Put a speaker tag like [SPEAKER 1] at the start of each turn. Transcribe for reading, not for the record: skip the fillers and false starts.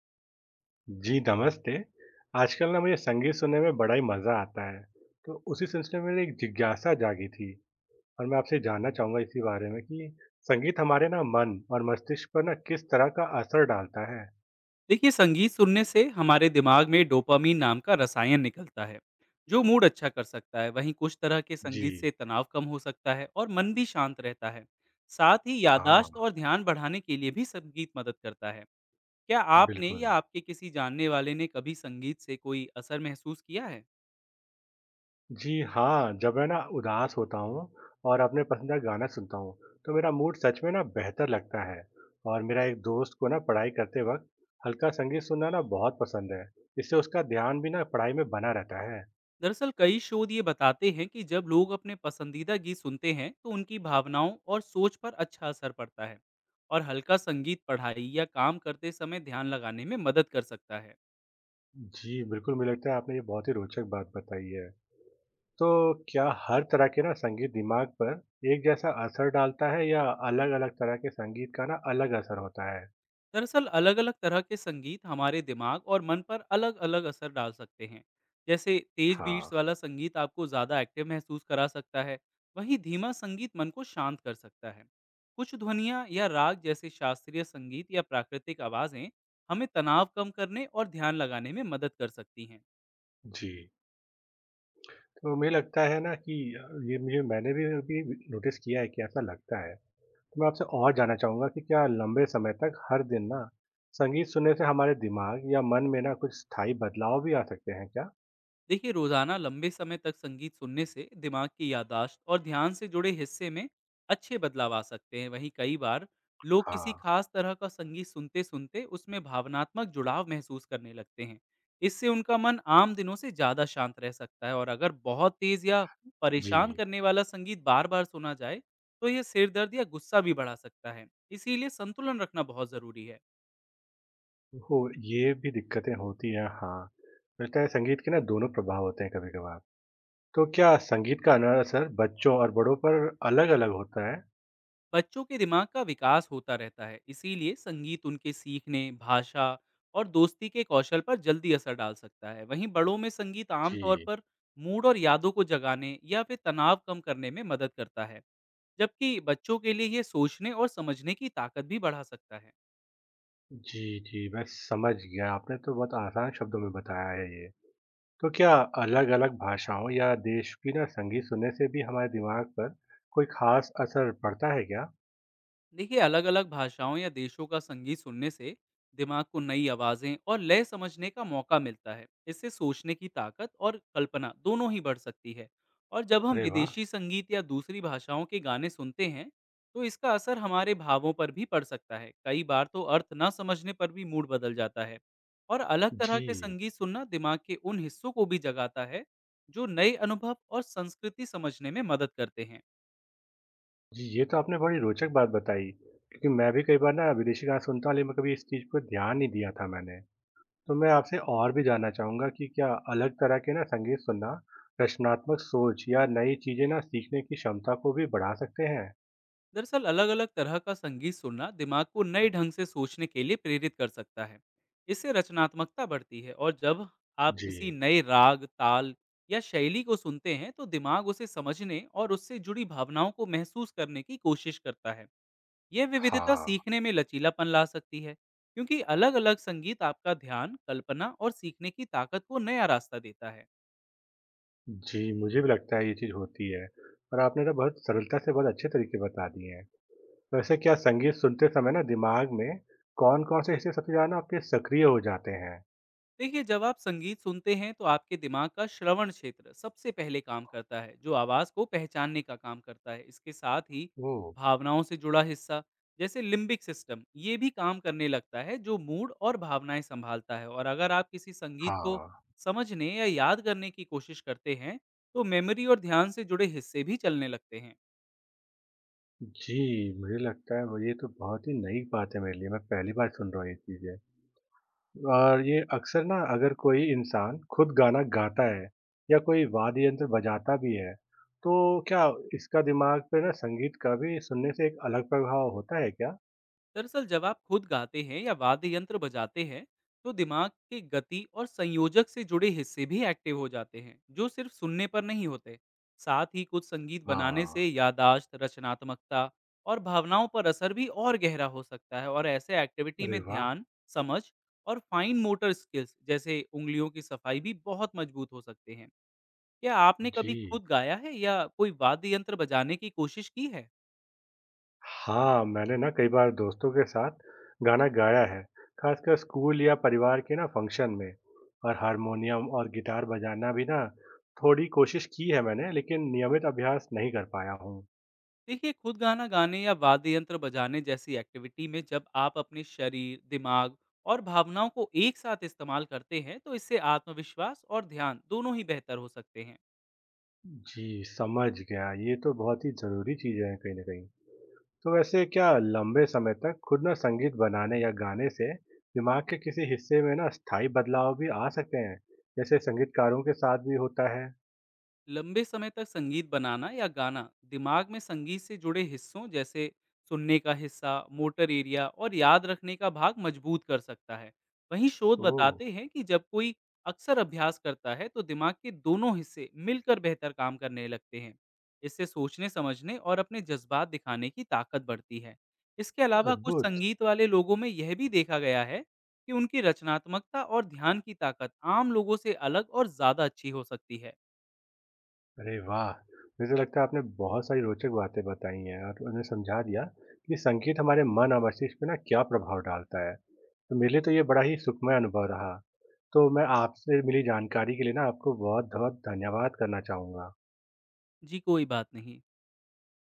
[SPEAKER 1] जी, नमस्ते। आजकल ना मुझे संगीत सुनने में बड़ा ही मज़ा आता है, तो उसी सिलसिले में एक जिज्ञासा जागी थी और मैं आपसे जानना चाहूँगा इसी बारे में कि संगीत हमारे ना मन और मस्तिष्क पर ना किस तरह का असर डालता है?
[SPEAKER 2] देखिए, संगीत सुनने से हमारे दिमाग में डोपामीन नाम का रसायन निकलता है जो मूड अच्छा कर सकता है। वहीं कुछ तरह के
[SPEAKER 1] जी।
[SPEAKER 2] संगीत से तनाव कम हो सकता है और मन भी शांत रहता है। साथ ही यादाश्त
[SPEAKER 1] हाँ,
[SPEAKER 2] और ध्यान बढ़ाने के लिए भी संगीत मदद करता है। क्या आपने या
[SPEAKER 1] बिल्कुल।
[SPEAKER 2] आपके किसी जानने वाले ने कभी संगीत से कोई असर महसूस किया है?
[SPEAKER 1] जी हाँ, जब मैं ना उदास होता हूँ और अपने पसंदीदा गाना सुनता हूँ, तो मेरा मूड सच में ना बेहतर लगता है और मेरा एक दोस्त को ना पढ़ाई करते वक़्त हल्का संगीत सुनना ना बहुत पसंद है। इससे उसका ध्यान भी ना पढ़ाई में बना रहता है।
[SPEAKER 2] दरअसल कई शोध ये बताते हैं कि जब लोग अपने पसंदीदा गीत सुनते हैं तो उनकी भावनाओं और सोच पर अच्छा असर पड़ता है, और हल्का संगीत पढ़ाई या काम करते समय ध्यान लगाने में मदद कर सकता है।
[SPEAKER 1] जी, बिल्कुल, मुझे लगता है आपने ये बहुत ही रोचक बात बताई है। तो क्या हर तरह के ना संगीत दिमाग पर एक जैसा असर डालता है या अलग-अलग तरह के संगीत का ना अलग असर होता है?
[SPEAKER 2] दरअसल अलग अलग तरह के संगीत हमारे दिमाग और मन पर अलग अलग असर डाल सकते हैं। जैसे तेज
[SPEAKER 1] हाँ,
[SPEAKER 2] बीट्स वाला संगीत आपको ज़्यादा एक्टिव महसूस करा सकता है, वहीं धीमा संगीत मन को शांत कर सकता है। कुछ ध्वनियाँ या राग, जैसे शास्त्रीय संगीत या प्राकृतिक आवाज़ें, हमें तनाव कम करने और ध्यान लगाने में मदद कर सकती हैं।
[SPEAKER 1] जी। तो मुझे लगता है ना कि ये मुझे मैंने भी अभी नोटिस किया है कि ऐसा लगता है। तो मैं आपसे और जानना चाहूँगा कि क्या लंबे समय तक हर दिन ना संगीत सुनने से हमारे दिमाग या मन में ना कुछ स्थायी बदलाव भी आ सकते हैं क्या?
[SPEAKER 2] देखिए, रोजाना लंबे समय तक संगीत सुनने से दिमाग की यादाश्त और ध्यान से जुड़े हिस्से में अच्छे बदलाव आ सकते हैं। वहीं कई बार लोग किसी
[SPEAKER 1] हाँ,
[SPEAKER 2] खास तरह का संगीत सुनते सुनते उसमें भावनात्मक जुड़ाव महसूस करने लगते हैं। इससे उनका मन आम दिनों से ज्यादा शांत रह सकता है, और अगर बहुत तेज या परेशान
[SPEAKER 1] जी।
[SPEAKER 2] करने वाला संगीत बार बार सुना जाए तो यह सिर दर्द या गुस्सा भी बढ़ा सकता है। इसीलिए संतुलन रखना बहुत जरूरी है।
[SPEAKER 1] हो ये भी दिक्कतें होती हैं, हाँ। लगता है संगीत के ना दोनों प्रभाव होते हैं कभी-कभार। तो क्या संगीत का अना असर बच्चों और बड़ों पर अलग-अलग होता है?
[SPEAKER 2] बच्चों के दिमाग का विकास होता रहता है, इसीलिए संगीत उनके सीखने, भाषा और दोस्ती के कौशल पर जल्दी असर डाल सकता है। वहीं बड़ों में संगीत आमतौर
[SPEAKER 1] जी।
[SPEAKER 2] पर मूड और यादों को जगाने या फिर तनाव कम करने में मदद करता है, जबकि बच्चों के लिए यह सोचने और समझने की ताकत भी बढ़ा सकता है।
[SPEAKER 1] जी, जी, मैं समझ गया। आपने तो बहुत आसान शब्दों में बताया है ये। तो क्या अलग-अलग भाषाओं या देश की ना संगीत सुनने से भी हमारे दिमाग पर कोई ख़ास असर पड़ता है क्या?
[SPEAKER 2] देखिए, अलग अलग भाषाओं या देशों का संगीत सुनने से दिमाग को नई आवाज़ें और लय समझने का मौका मिलता है। इससे सोचने की ताकत और कल्पना दोनों ही बढ़ सकती है। और जब हम
[SPEAKER 1] अरे वाह!
[SPEAKER 2] विदेशी संगीत या दूसरी भाषाओं के गाने सुनते हैं तो इसका असर हमारे भावों पर भी पड़ सकता है। कई बार तो अर्थ ना समझने पर भी मूड बदल जाता है। और अलग तरह के
[SPEAKER 1] जी।
[SPEAKER 2] संगीत सुनना दिमाग के उन हिस्सों को भी जगाता है जो नए अनुभव और संस्कृति समझने में मदद करते हैं।
[SPEAKER 1] जी, ये तो आपने बड़ी रोचक बात बताई, क्योंकि मैं भी कई बार ना विदेशी गाने सुनता हूँ, लेकिन मैं कभी इस चीज़ पर ध्यान नहीं दिया था मैंने। तो मैं आपसे और भी जानना चाहूँगा कि क्या अलग तरह के ना संगीत सुनना रचनात्मक सोच या नई चीज़ें ना सीखने की क्षमता को भी बढ़ा सकते हैं?
[SPEAKER 2] दरअसल अलग अलग तरह का संगीत सुनना दिमाग को नए ढंग से सोचने के लिए प्रेरित कर सकता है। इससे रचनात्मकता बढ़ती है, और जब आप
[SPEAKER 1] जी,
[SPEAKER 2] किसी नए राग, ताल या शैली को सुनते हैं तो दिमाग उसे समझने और उससे जुड़ी भावनाओं को महसूस करने की कोशिश करता है। यह विविधता
[SPEAKER 1] हाँ।
[SPEAKER 2] सीखने में लचीलापन ला सकती है, क्योंकि अलग अलग संगीत आपका ध्यान, कल्पना और सीखने की ताकत को नया रास्ता देता है।
[SPEAKER 1] जी, मुझे भी लगता है ये चीज़ होती है और आपने तो बहुत सरलता से बहुत अच्छे तरीके बता दिए हैं। तो वैसे क्या संगीत सुनते समय ना दिमाग में कौन-कौन से हिस्से सबसे ज़्यादा ना आपके सक्रिय हो जाते हैं?
[SPEAKER 2] देखिए, जब आप संगीत सुनते हैं तो आपके दिमाग का श्रवण क्षेत्र सबसे पहले काम करता है, जो आवाज़ को पहचानने का काम करता है। इसके साथ ही
[SPEAKER 1] ओह!
[SPEAKER 2] भावनाओं से जुड़ा हिस्सा, जैसे लिम्बिक सिस्टम, ये भी काम करने लगता है जो मूड और भावनाएं संभालता है। और अगर आप किसी संगीत को
[SPEAKER 1] हाँ।
[SPEAKER 2] समझने या याद करने की कोशिश करते हैं तो मेमोरी और ध्यान से जुड़े हिस्से भी चलने लगते हैं।
[SPEAKER 1] जी, मुझे लगता है वो ये तो बहुत ही नई बात है मेरे लिए, मैं पहली बार सुन रहा हूँ ये चीज़ें। और ये अक्सर ना अगर कोई इंसान खुद गाना गाता है या कोई वाद्य यंत्र बजाता भी है तो क्या इसका दिमाग पे ना संगीत का भी सुनने से एक अलग प्रभाव होता है क्या?
[SPEAKER 2] दरअसल जब आप खुद गाते हैं या वाद्य यंत्र बजाते हैं तो दिमाग के गति और संयोजक से जुड़े हिस्से भी एक्टिव हो जाते हैं, जो सिर्फ सुनने पर नहीं होते। साथ ही कुछ संगीत बनाने
[SPEAKER 1] हाँ,
[SPEAKER 2] से यादाश्त, रचनात्मकता और भावनाओं पर असर भी और गहरा हो सकता है। और ऐसे एक्टिविटी
[SPEAKER 1] अरे
[SPEAKER 2] में
[SPEAKER 1] वाह।
[SPEAKER 2] ध्यान, समझ और फाइन मोटर स्किल्स, जैसे उंगलियों की सफाई, भी बहुत मजबूत हो सकते हैं। क्या आपने कभी
[SPEAKER 1] जी
[SPEAKER 2] खुद गाया है या कोई वाद्य यंत्र बजाने की कोशिश की है?
[SPEAKER 1] हाँ, मैंने ना कई बार दोस्तों के साथ गाना गाया है, खासकर स्कूल या परिवार के ना फंक्शन में। और हारमोनियम और गिटार बजाना भी ना थोड़ी कोशिश की है मैंने, लेकिन नियमित अभ्यास नहीं कर पाया हूँ।
[SPEAKER 2] देखिए, खुद गाना गाने या वाद्य यंत्र बजाने जैसी एक्टिविटी में जब आप अपने शरीर, दिमाग और भावनाओं को एक साथ इस्तेमाल करते हैं, तो इससे आत्मविश्वास और ध्यान दोनों ही बेहतर हो सकते हैं।
[SPEAKER 1] जी, समझ गया। ये तो बहुत ही ज़रूरी चीज़ें हैं कहीं न कहीं। तो वैसे क्या लंबे समय तक खुद ना संगीत बनाने या गाने से दिमाग के किसी हिस्से में ना स्थायी बदलाव भी आ सकते हैं, जैसे संगीतकारों के साथ भी होता है?
[SPEAKER 2] लंबे समय तक संगीत बनाना या गाना दिमाग में संगीत से जुड़े हिस्सों, जैसे सुनने का हिस्सा, मोटर एरिया और याद रखने का भाग, मजबूत कर सकता है। वहीं शोध
[SPEAKER 1] ओह!
[SPEAKER 2] बताते हैं कि जब कोई अक्सर अभ्यास करता है तो दिमाग के दोनों हिस्से मिलकर बेहतर काम करने लगते हैं। इससे सोचने, समझने और अपने जज्बात दिखाने की ताकत बढ़ती है। इसके अलावा कुछ
[SPEAKER 1] अद्भुत।
[SPEAKER 2] संगीत वाले लोगों में यह भी देखा गया है कि उनकी रचनात्मकता और ध्यान की ताकत आम लोगों से अलग और ज़्यादा अच्छी हो सकती है।
[SPEAKER 1] अरे वाह! मुझे लगता है आपने बहुत सारी रोचक बातें बताई हैं और उन्हें समझा दिया कि संगीत हमारे मन और मस्तिष्क पे ना क्या प्रभाव डालता है। तो मेरे लिए तो ये बड़ा ही सुखमय अनुभव रहा। तो मैं आपसे मिली जानकारी के लिए ना आपको बहुत-बहुत धन्यवाद करना चाहूँगा।
[SPEAKER 2] जी, कोई बात नहीं।